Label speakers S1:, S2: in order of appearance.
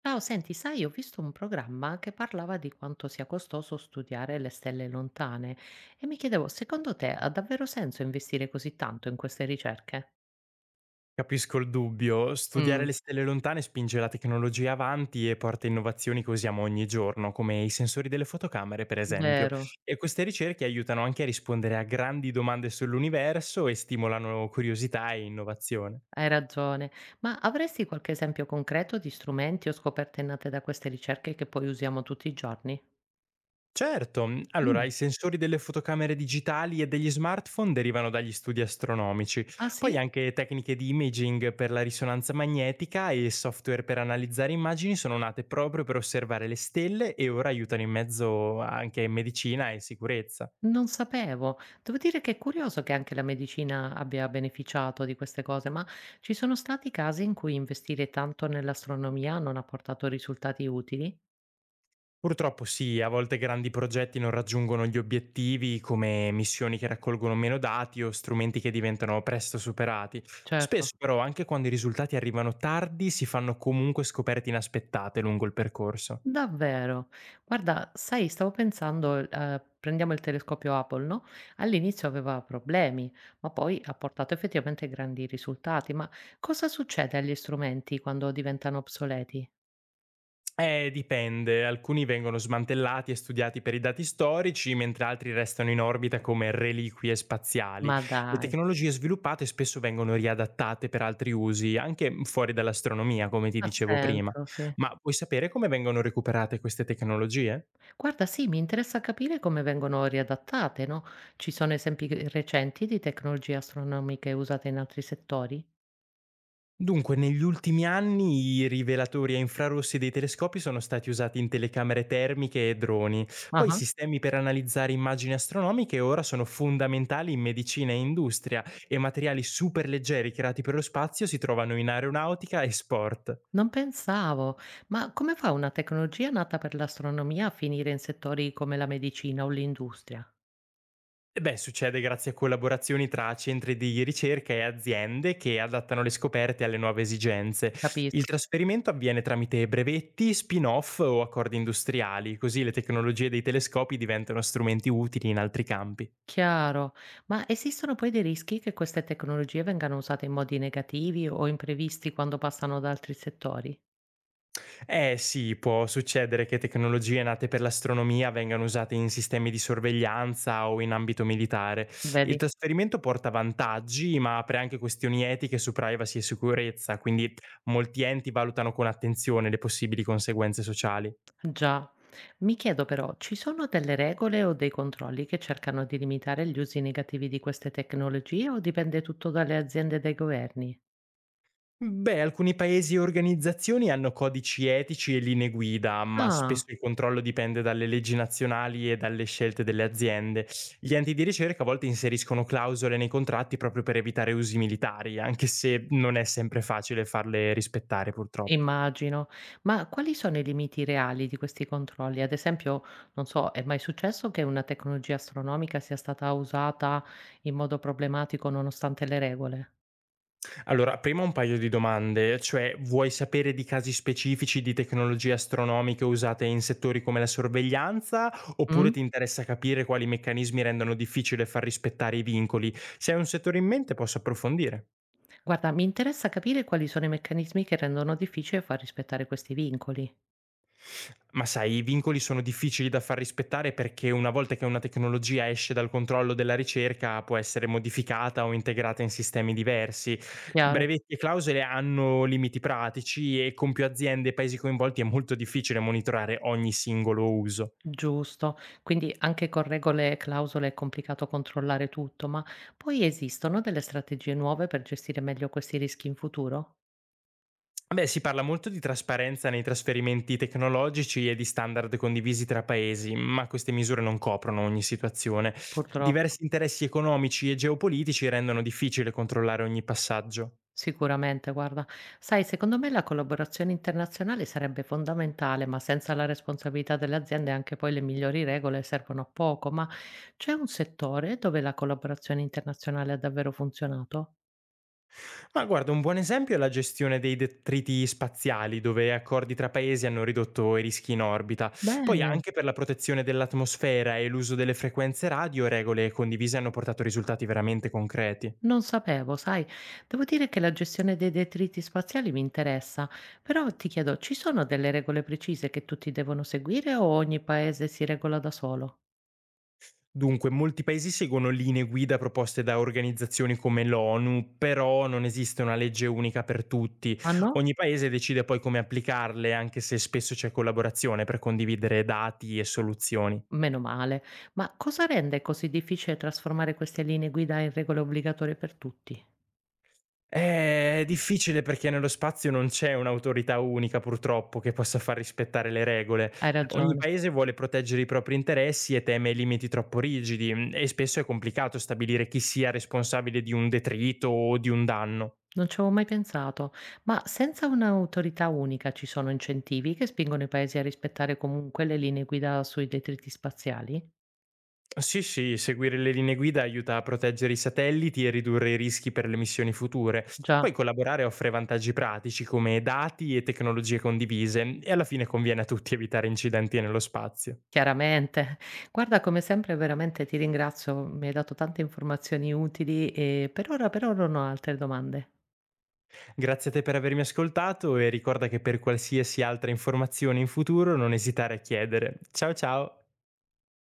S1: Ciao, senti, sai, ho visto un programma che parlava di quanto sia costoso studiare le stelle lontane e mi chiedevo, secondo te ha davvero senso investire così tanto in queste ricerche?
S2: Capisco il dubbio, studiare
S1: Mm.
S2: le stelle lontane spinge la tecnologia avanti e porta innovazioni che usiamo ogni giorno, come i sensori delle fotocamere per esempio,
S1: Vero,
S2: e queste ricerche aiutano anche a rispondere a grandi domande sull'universo e stimolano curiosità e innovazione.
S1: hai ragione, ma avresti qualche esempio concreto di strumenti o scoperte nate da queste ricerche che poi usiamo tutti i giorni?
S2: Certo, allora
S1: Mm.
S2: i sensori delle fotocamere digitali e degli smartphone derivano dagli studi astronomici,
S1: Ah
S2: poi
S1: sì?
S2: anche tecniche di imaging per la risonanza magnetica e software per analizzare immagini sono nate proprio per osservare le stelle e ora aiutano in mezzo anche in medicina e sicurezza.
S1: Non sapevo. Devo dire che è curioso che anche la medicina abbia beneficiato di queste cose, ma ci sono stati casi in cui investire tanto nell'astronomia non ha portato risultati utili?
S2: Purtroppo sì, a volte grandi progetti non raggiungono gli obiettivi come missioni che raccolgono meno dati o strumenti che diventano presto superati. Spesso
S1: Certo.
S2: però anche quando i risultati arrivano tardi si fanno comunque scoperte inaspettate lungo il percorso.
S1: Davvero? Guarda, sai, stavo pensando, prendiamo il telescopio Apple, no? All'inizio aveva problemi, ma poi ha portato effettivamente grandi risultati. Ma cosa succede agli strumenti quando diventano obsoleti?
S2: Dipende. Alcuni vengono smantellati e studiati per i dati storici, mentre altri restano in orbita come reliquie spaziali.
S1: Ma
S2: Le
S1: dai,
S2: tecnologie sviluppate spesso vengono riadattate per altri usi, anche fuori dall'astronomia, come ti
S1: ha
S2: dicevo prima.
S1: senso, sì.
S2: Ma vuoi sapere come vengono recuperate queste tecnologie?
S1: Guarda, sì, mi interessa capire come vengono riadattate, no? Ci sono esempi recenti di tecnologie astronomiche usate in altri settori?
S2: Dunque, negli ultimi anni i rivelatori a infrarossi dei telescopi sono stati usati in telecamere termiche e droni. Poi i
S1: Ah,
S2: sistemi per analizzare immagini astronomiche ora sono fondamentali in medicina e industria e materiali superleggeri creati per lo spazio si trovano in aeronautica e sport.
S1: non pensavo. Ma come fa una tecnologia nata per l'astronomia a finire in settori come la medicina o l'industria?
S2: E beh, succede grazie a collaborazioni tra centri di ricerca e aziende che adattano le scoperte alle nuove esigenze. Il
S1: Capisco.
S2: trasferimento avviene tramite brevetti, spin-off o accordi industriali, così le tecnologie dei telescopi diventano strumenti utili in altri campi.
S1: Chiaro. Ma esistono poi dei rischi che queste tecnologie vengano usate in modi negativi o imprevisti quando passano da altri settori?
S2: Eh sì, può succedere che tecnologie nate per l'astronomia vengano usate in sistemi di sorveglianza o in ambito militare. Il
S1: Vedi?
S2: trasferimento porta vantaggi, ma apre anche questioni etiche su privacy e sicurezza, quindi molti enti valutano con attenzione le possibili conseguenze sociali.
S1: Già, mi chiedo però, ci sono delle regole o dei controlli che cercano di limitare gli usi negativi di queste tecnologie o dipende tutto dalle aziende e dai governi?
S2: Beh, alcuni paesi e organizzazioni hanno codici etici e linee guida, ma
S1: Ah,
S2: spesso il controllo dipende dalle leggi nazionali e dalle scelte delle aziende. Gli enti di ricerca a volte inseriscono clausole nei contratti proprio per evitare usi militari, anche se non è sempre facile farle rispettare purtroppo.
S1: immagino. Ma quali sono i limiti reali di questi controlli? Ad esempio, non so, è mai successo che una tecnologia astronomica sia stata usata in modo problematico nonostante le regole?
S2: Allora, prima un paio di domande, cioè vuoi sapere di casi specifici di tecnologie astronomiche usate in settori come la sorveglianza oppure
S1: Mm?
S2: ti interessa capire quali meccanismi rendono difficile far rispettare i vincoli? Se hai un settore in mente posso approfondire.
S1: Guarda, mi interessa capire quali sono i meccanismi che rendono difficile far rispettare questi vincoli.
S2: Ma sai, i vincoli sono difficili da far rispettare perché una volta che una tecnologia esce dal controllo della ricerca può essere modificata o integrata in sistemi diversi.
S1: Chiaro?
S2: Brevetti e clausole hanno limiti pratici e con più aziende e paesi coinvolti è molto difficile monitorare ogni singolo uso.
S1: Giusto. Quindi anche con regole e clausole è complicato controllare tutto, ma poi esistono delle strategie nuove per gestire meglio questi rischi in futuro?
S2: Beh, si parla molto di trasparenza nei trasferimenti tecnologici e di standard condivisi tra paesi, ma queste misure non coprono ogni situazione.
S1: Purtroppo,
S2: Diversi interessi economici e geopolitici rendono difficile controllare ogni passaggio.
S1: sicuramente, guarda. Sai, secondo me la collaborazione internazionale sarebbe fondamentale, ma senza la responsabilità delle aziende anche poi le migliori regole servono a poco. Ma c'è un settore dove la collaborazione internazionale ha davvero funzionato?
S2: Ma guarda, un buon esempio è la gestione dei detriti spaziali, dove accordi tra paesi hanno ridotto i rischi in orbita. Poi
S1: Bene.
S2: anche per la protezione dell'atmosfera e l'uso delle frequenze radio, regole condivise hanno portato risultati veramente concreti.
S1: Non sapevo, sai, devo dire che la gestione dei detriti spaziali mi interessa, però ti chiedo, ci sono delle regole precise che tutti devono seguire o ogni paese si regola da solo?
S2: Dunque, molti paesi seguono linee guida proposte da organizzazioni come l'ONU, però non esiste una legge unica per tutti.
S1: Ah no?
S2: Ogni paese decide poi come applicarle, anche se spesso c'è collaborazione per condividere dati e soluzioni.
S1: Meno male. Ma cosa rende così difficile trasformare queste linee guida in regole obbligatorie per tutti?
S2: È difficile perché nello spazio non c'è un'autorità unica purtroppo che possa far rispettare le regole.
S1: Hai
S2: Ogni
S1: ragione,
S2: paese vuole proteggere i propri interessi e teme limiti troppo rigidi e spesso è complicato stabilire chi sia responsabile di un detrito o di un danno.
S1: non ci avevo mai pensato, ma senza un'autorità unica ci sono incentivi che spingono i paesi a rispettare comunque le linee guida sui detriti spaziali?
S2: Sì, sì, seguire le linee guida aiuta a proteggere i satelliti e ridurre i rischi per le missioni future.
S1: Già.
S2: Poi collaborare offre vantaggi pratici come dati e tecnologie condivise e alla fine conviene a tutti evitare incidenti nello spazio.
S1: Chiaramente. Guarda come sempre veramente ti ringrazio, mi hai dato tante informazioni utili e per ora non ho altre domande.
S2: Grazie a te per avermi ascoltato e ricorda che per qualsiasi altra informazione in futuro non esitare a chiedere. Ciao ciao.